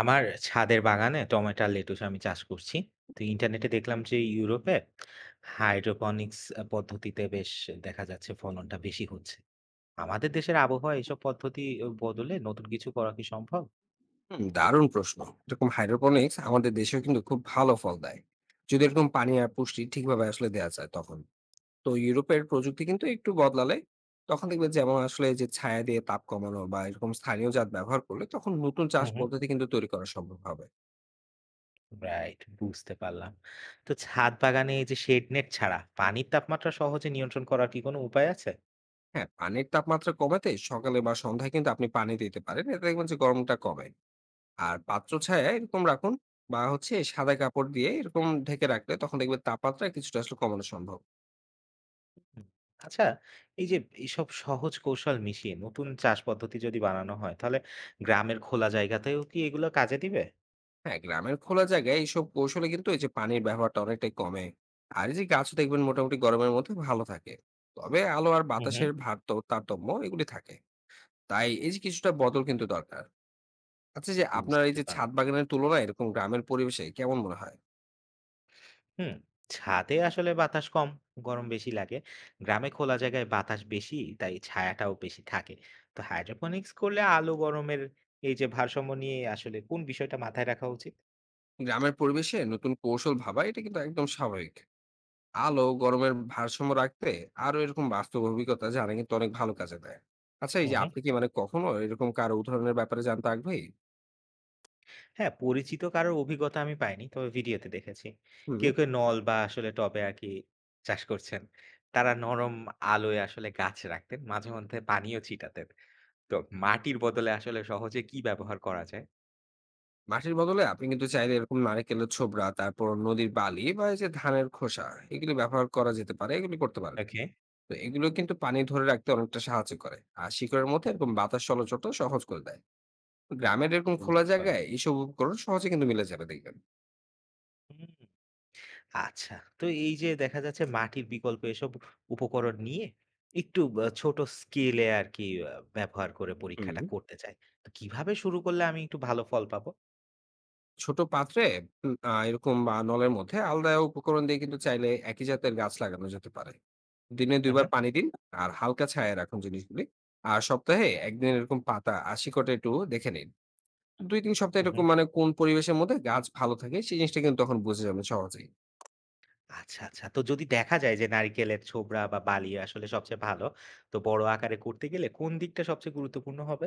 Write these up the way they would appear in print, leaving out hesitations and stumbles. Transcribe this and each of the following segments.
আমার ছাদের বাগানে টমেটো আর লেটুস আমি চাষ করছি। তো ইন্টারনেটে দেখলাম যে ইউরোপে হাইড্রোপনিক্স পদ্ধতিতে বেশ দেখা যাচ্ছে ফলনটা বেশি হচ্ছে। আমাদের দেশের আবহাওয়া এসব পদ্ধতি বদলে নতুন কিছু করা কি সম্ভব? হুম, দারুণ প্রশ্ন। এরকম হাইড্রোপনিক্স আমাদের দেশেও কিন্তু খুব ভালো ফল দেয়, যদি এরকম পানি আর পুষ্টি ঠিকভাবে আসলে দেওয়া যায় তখন। তো ইউরোপের প্রযুক্তি কিন্তু একটু বদলালে তখন দেখবে, যেমন আসলে যে ছায়া দিয়ে তাপ কমানো বা এরকম স্থানীয় জাত ব্যবহার করলে তখন নতুন চাষ হুম, হুম, পদ্ধতি কিন্তু তৈরি করা সম্ভব হবে। রাইট, বুঝতে পারলাম। তো ছাদ বাগানে এই যে শেড নেট ছাড়া পানির তাপমাত্রা সহজে নিয়ন্ত্রণ করার কি কোনো উপায় আছে? হ্যাঁ, পানির তাপমাত্রা কমাতে সকালে বা সন্ধ্যায় কিন্তু আপনি পানি দিতে পারেন, এতে দেখবেন যে গরমটা কমে। আর পাত্র ছায়া এরকম রাখুন, বা হচ্ছে সাদা কাপড় দিয়ে এরকম ঢেকে রাখলে তখন দেখবেন তাপমাত্রা কিছুটা আসলে কমানো সম্ভব। হুম। আচ্ছা, এই যে এইসব সহজ কৌশল মিশিয়ে নতুন চাষ পদ্ধতি যদি বানানো হয়, তাহলে গ্রামের খোলা জায়গাতেও কি এগুলো কাজে দিবে? হ্যাঁ, গ্রামের খোলা জায়গায় এইসব কৌশলে কিন্তু এই যে পানির ব্যবহারটা অনেকটাই কমে। আর এই যে গাছ দেখবেন মোটামুটি গরমের মধ্যে ভালো থাকে, তবে আলো আর হুম, হুম। বাতাসের ভারত তারতম্য এগুলি থাকে। তাই এই যে কিছুটা বদল কিন্তু দরকার। আচ্ছা, যে আপনার এই বুঝতে যে ছাদ পারলাম। বাগানের তুলনায় এরকম গ্রামের পরিবেশে কেমন মনে হয়? হুম, ছাদে আসলে বাতাস কম, গরম বেশি লাগে। গ্রামে খোলা জায়গায় বাতাস বেশি, তাই ছায়াটাও বেশি থাকে। তো হাইড্রোপনিক্স করলে আলো গরমের এই যে ভারসাম্য নিয়ে আসলে কোন বিষয়টা মাথায় রাখা উচিত? গ্রামের পরিবেশে নতুন কৌশল ভাবা এটা কিন্তু একদম স্বাভাবিক। আলো গরমের ভারসাম্য রাখতে আরো এরকম বাস্তব অভিজ্ঞতা জানা কিন্তু অনেক ভালো কাজে দেয়। আচ্ছা, এই হুম, যে হুম। আপনি কি মানে কখনো এরকম কারো উদাহরণের ব্যাপারে জানতে আগ্রহী? হ্যাঁ, পরিচিত কারোর অভিজ্ঞতা আমি পাইনি, তবে ভিডিওতে দেখেছি। হুম। কেউ নল বা আসলে টবে আর কি চাষ করছেন। তারা নরম আলোয় আসলে গাছ রাখতেন, মাঝে মধ্যে পানিও ছিটাতেন। তো মাটির বদলে আসলে সহজে কি ব্যবহার করা যায়? মাটির বদলে আপনি কিন্তু চাইলে এরকম নারকেলের ছোবড়া, তারপর নদীর বালি বা এই যে ধানের খোসা, এগুলো ব্যবহার করা যেতে পারে, এগুলি করতে পারেন। ওকে, তো এগুলো কিন্তু পানি ধরে রাখতে অনেকটা সাহায্য করে, আর শিকড়ের মধ্যে এরকম বাতাস চলাচলটা সহজ করে দেয়। গ্রামের এরকম খোলা বুঝতে পারলাম। জায়গায় এইসব উপকরণ সহজে কিন্তু মিলে যাবে দেখবেন। হুম। আচ্ছা। তো এই যে দেখা যাচ্ছে মাটির বিকল্প এসব উপকরণ নিয়ে একটু ছোট স্কেলে আরকি আ ব্যবহার করে হুম। পরীক্ষাটা করতে চাই। তো কিভাবে শুরু করলে আমি একটু ভালো ফল পাবো? ছোট পাত্রে এরকম বা নলের মধ্যে আলাদা উপকরণ দিয়ে কিন্তু চাইলে একই জাতের গাছ লাগানো যেতে পারে। দিনে হু, হু, দুইবার পানি দিন, আর হালকা ছায়া রাখুন জিনিসগুলি। আর সপ্তাহে একদিন এরকম পাতা আর শিকড়টা একটু দেখে নিন। ২-৩ সপ্তাহ হু, হু। এরকম মানে কোন পরিবেশের মধ্যে গাছ ভালো থাকে সেই জিনিসটা কিন্তু তখন বুঝে যাবেন সহজেই। আচ্ছা, আচ্ছা। তো যদি দেখা যায় যে নারিকেলের ছোবড়া বা বালি আসলে সবচেয়ে ভালো, তো বড় আকারে করতে গেলে কোন দিকটা সবচেয়ে গুরুত্বপূর্ণ হবে?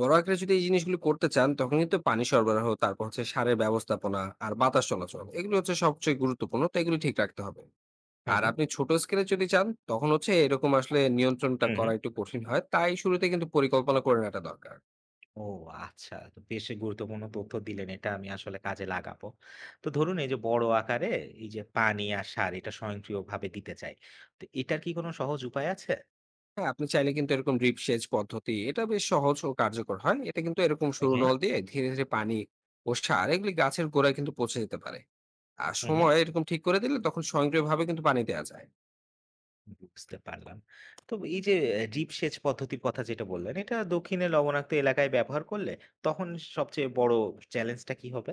বড় আকারে যদি এই জিনিসগুলো করতে চান তখন কিন্তু পানি সরবরাহ, তারপর হচ্ছে সারের ব্যবস্থাপনা আর বাতাস চলাচল এগুলো হচ্ছে সবচেয়ে গুরুত্বপূর্ণ। তো এগুলো ঠিক রাখতে হবে। হু, আর হু। আপনি ছোট স্কেলে যদি চান তখন হচ্ছে এরকম আসলে নিয়ন্ত্রণটা হু, হু। করা একটু কঠিন হয়। তাই শুরুতে কিন্তু পরিকল্পনা করে নেওয়াটা দরকার। ও আচ্ছা। তো বেশ গুরুত্বপূর্ণ তথ্য দিলেন। এটা আমি আসলে কাজে লাগাবো। তো ধরুন এই যে বড় আকারে এই যে পানি আর সার এটা স্বয়ংক্রিয়ভাবে দিতে চাই। তো এটার কি কোনো সহজ উপায় আছে? হ্যাঁ, আপনি চাইলে কিন্তু এরকম ড্রিপ সেচ পদ্ধতি এটা বেশ সহজ ও কার্যকর হয়। এটা কিন্তু এরকম সরু ওকে। নল দিয়ে ধীরে, ধীরে পানি ও সার এগুলি গাছের গোড়ায় কিন্তু পৌঁছে যেতে পারে। আর হুম, হুম। সময় এরকম ঠিক করে দিলে তখন স্বয়ংক্রিয়ভাবে কিন্তু পানি দেওয়া যায়। বুঝতে পারলাম। তো এই যে ড্রিপ সেচ পদ্ধতির কথা যেটা বললেন, এটা দক্ষিণে লবণাক্ত এলাকায় ব্যবহার করলে তখন সবচেয়ে বড় চ্যালেঞ্জটা কি হবে?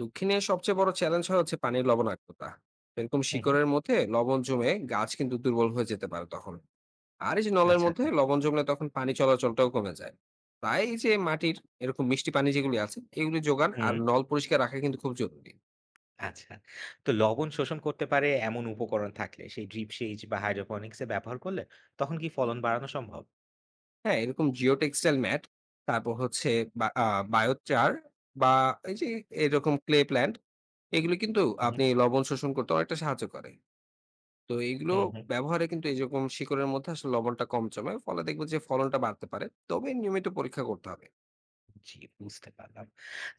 দক্ষিণে সবচেয়ে বড় চ্যালেঞ্জ হচ্ছে পানির লবণাক্ততা। এরকম হুম, হুম। শিকড়ের মধ্যে লবণ জমে গাছ কিন্তু দুর্বল হয়ে যেতে পারে তখন। আর এই যে নলের আচ্ছা, আচ্ছা। মধ্যে লবণ জমলে তখন পানি চলাচলটাও কমে যায়। তাই এই যে মাটির এরকম মিষ্টি পানি যেগুলি আছে এগুলি যোগান আর হুম, নল পরিষ্কার রাখা কিন্তু খুব জরুরি। আচ্ছা। তো লবণ শোষণ করতে পারে এমন উপকরণ থাকলে সেই ড্রিপ সেচ বা হাইড্রোপনিক্স এ ব্যবহার করলে তখন কি ফলন বাড়ানো সম্ভব? হ্যাঁ, এরকম জিও টেক্সটাইল ম্যাট, তারপর হচ্ছে, বা বায়োচার, বা এই যে এরকম ক্লে প্ল্যান্ট, এগুলো কিন্তু হুম, হুম, আপনি লবণ শোষণ করতে অনেকটা সাহায্য করে। তো এগুলো হুম, হুম। ব্যবহারে কিন্তু এইরকম শিকড়ের মধ্যে আসলে লবণটা কম জমে। ফলে দেখবেন যে ফলনটা বাড়তে পারে। তবে নিয়মিত পরীক্ষা করতে হবে। জি, বুঝতে পারলাম।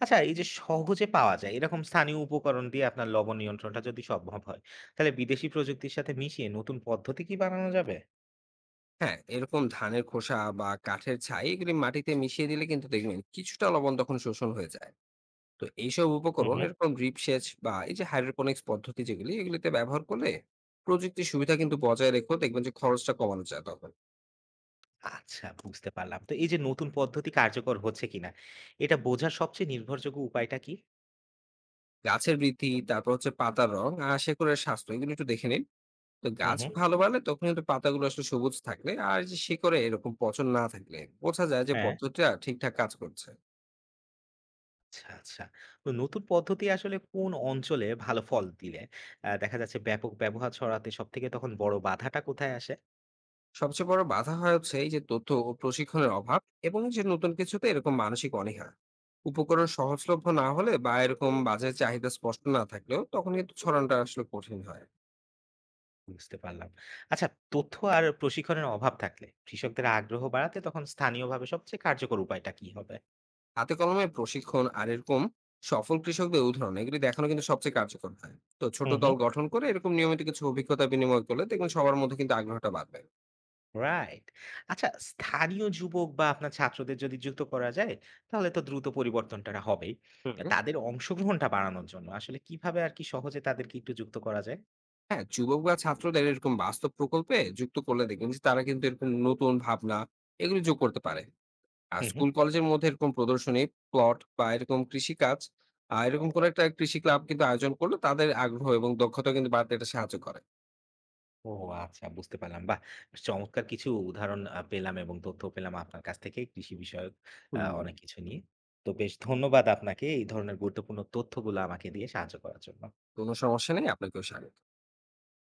আচ্ছা, এই যে সহজে পাওয়া যায় এরকম স্থানীয় উপকরণ দিয়ে আপনার লবণ নিয়ন্ত্রণটা যদি সম্ভব হয়, তাহলে বিদেশি প্রযুক্তির সাথে মিশিয়ে নতুন পদ্ধতি কি বানানো যাবে? হ্যাঁ, এরকম ধানের খোসা বা কাঠের ছাই এগুলি মাটিতে মিশিয়ে দিলে কিন্তু দেখবেন কিছুটা লবণ তখন শোষণ হয়ে যায়। তো এইসব হুম, উপকরণ হুম। এরকম ড্রিপ সেচ বা এই যে হাইড্রোপনিক্স পদ্ধতি যেগুলি এগুলিতে ব্যবহার করলে প্রযুক্তির সুবিধা কিন্তু বজায় রেখেও দেখবেন যে খরচটা কমানো যায় তখন। আচ্ছা, বুঝতে পারলাম। তো এই যে নতুন পদ্ধতি কার্যকর হচ্ছে কিনা, এটা বোঝার সবচেয়ে নির্ভরযোগ্য উপায়টা কি? গাছের বৃদ্ধি তারপর হচ্ছে পাতার রং আর শেকড়ের স্বাস্থ্য এগুলো একটু দেখে নিন। তো হুম, গাছ হুম। ভালো বাড়লে তখন কিন্তু পাতাগুলো আসলে সবুজ থাকলে আর যে শিকড়ে এরকম পচন না থাকলে বোঝা যায় যে হ্যাঁ। পদ্ধতিটা ঠিকঠাক কাজ করছে। আচ্ছা, আচ্ছা। তো নতুন পদ্ধতি আসলে কোন অঞ্চলে ভালো ফল দিলে দেখা যাচ্ছে ব্যাপক ব্যবহার ছড়াতে সবথেকে তখন বড় বাধাটা কোথায় আসে? সবচেয়ে বড় বাধা হয় হচ্ছে এই যে তথ্য ও প্রশিক্ষণের অভাব, এবং যে নতুন কিছুতে এরকম মানসিক অনীহা। উপকরণ সহজলভ্য না হলে বা এরকম বাজারে চাহিদা স্পষ্ট না থাকলেও তখন কিন্তু ছড়ানোটা আসলে কঠিন হয়। বুঝতে পারলাম। আচ্ছা, তথ্য আর প্রশিক্ষণের অভাব থাকলে কৃষকদের আগ্রহ বাড়াতে তখন স্থানীয়ভাবে সবচেয়ে কার্যকর উপায়টা কি হবে? হাতে কলমে প্রশিক্ষণ আর এরকম সফল কৃষকদের উদাহরণ এগুলি দেখানো কিন্তু সবচেয়ে কার্যকর হয়। তো ছোট হুম, হুম। দল গঠন করে এরকম নিয়মিত কিছু অভিজ্ঞতা বিনিময় করলে দেখবেন সবার মধ্যে কিন্তু আগ্রহটা বাড়বে। রাইট। আচ্ছা, স্থানীয় যুবক বা আপনার ছাত্রদের যদি যুক্ত করা যায়, তাহলে তো দ্রুত পরিবর্তনটা হবেই। হুম। তাদের অংশগ্রহণটা বাড়ানোর জন্য আসলে কিভাবে আর কি সহজে তাদেরকে একটু যুক্ত করা যায়? হ্যাঁ, যুবক বা ছাত্রদের এরকম বাস্তব প্রকল্পে যুক্ত করলে দেখবেন যে তারা কিন্তু এরকম নতুন ভাবনা এগুলো যোগ করতে পারে। আর হুম, হুম। স্কুল কলেজের মধ্যে এরকম প্রদর্শনী, প্লট বা এরকম কৃষিকাজ, এরকম কোন একটা কৃষি ক্লাব কিন্তু আয়োজন করলে তাদের আগ্রহ এবং দক্ষতা কিন্তু বাড়তে এটা সাহায্য করে। ও আচ্ছা, বুঝতে পারলাম। বাহ! বেশ চমৎকার কিছু উদাহরণ পেলাম এবং তথ্য পেলাম আপনার কাছ থেকে কৃষি বিষয়ক হুম। অনেক কিছু নিয়ে। তো বেশ ধন্যবাদ আপনাকে এই ধরনের গুরুত্বপূর্ণ তথ্যগুলো আমাকে দিয়ে সাহায্য করার জন্য। কোনো সমস্যা নেই, আপনাকেও স্বাগত।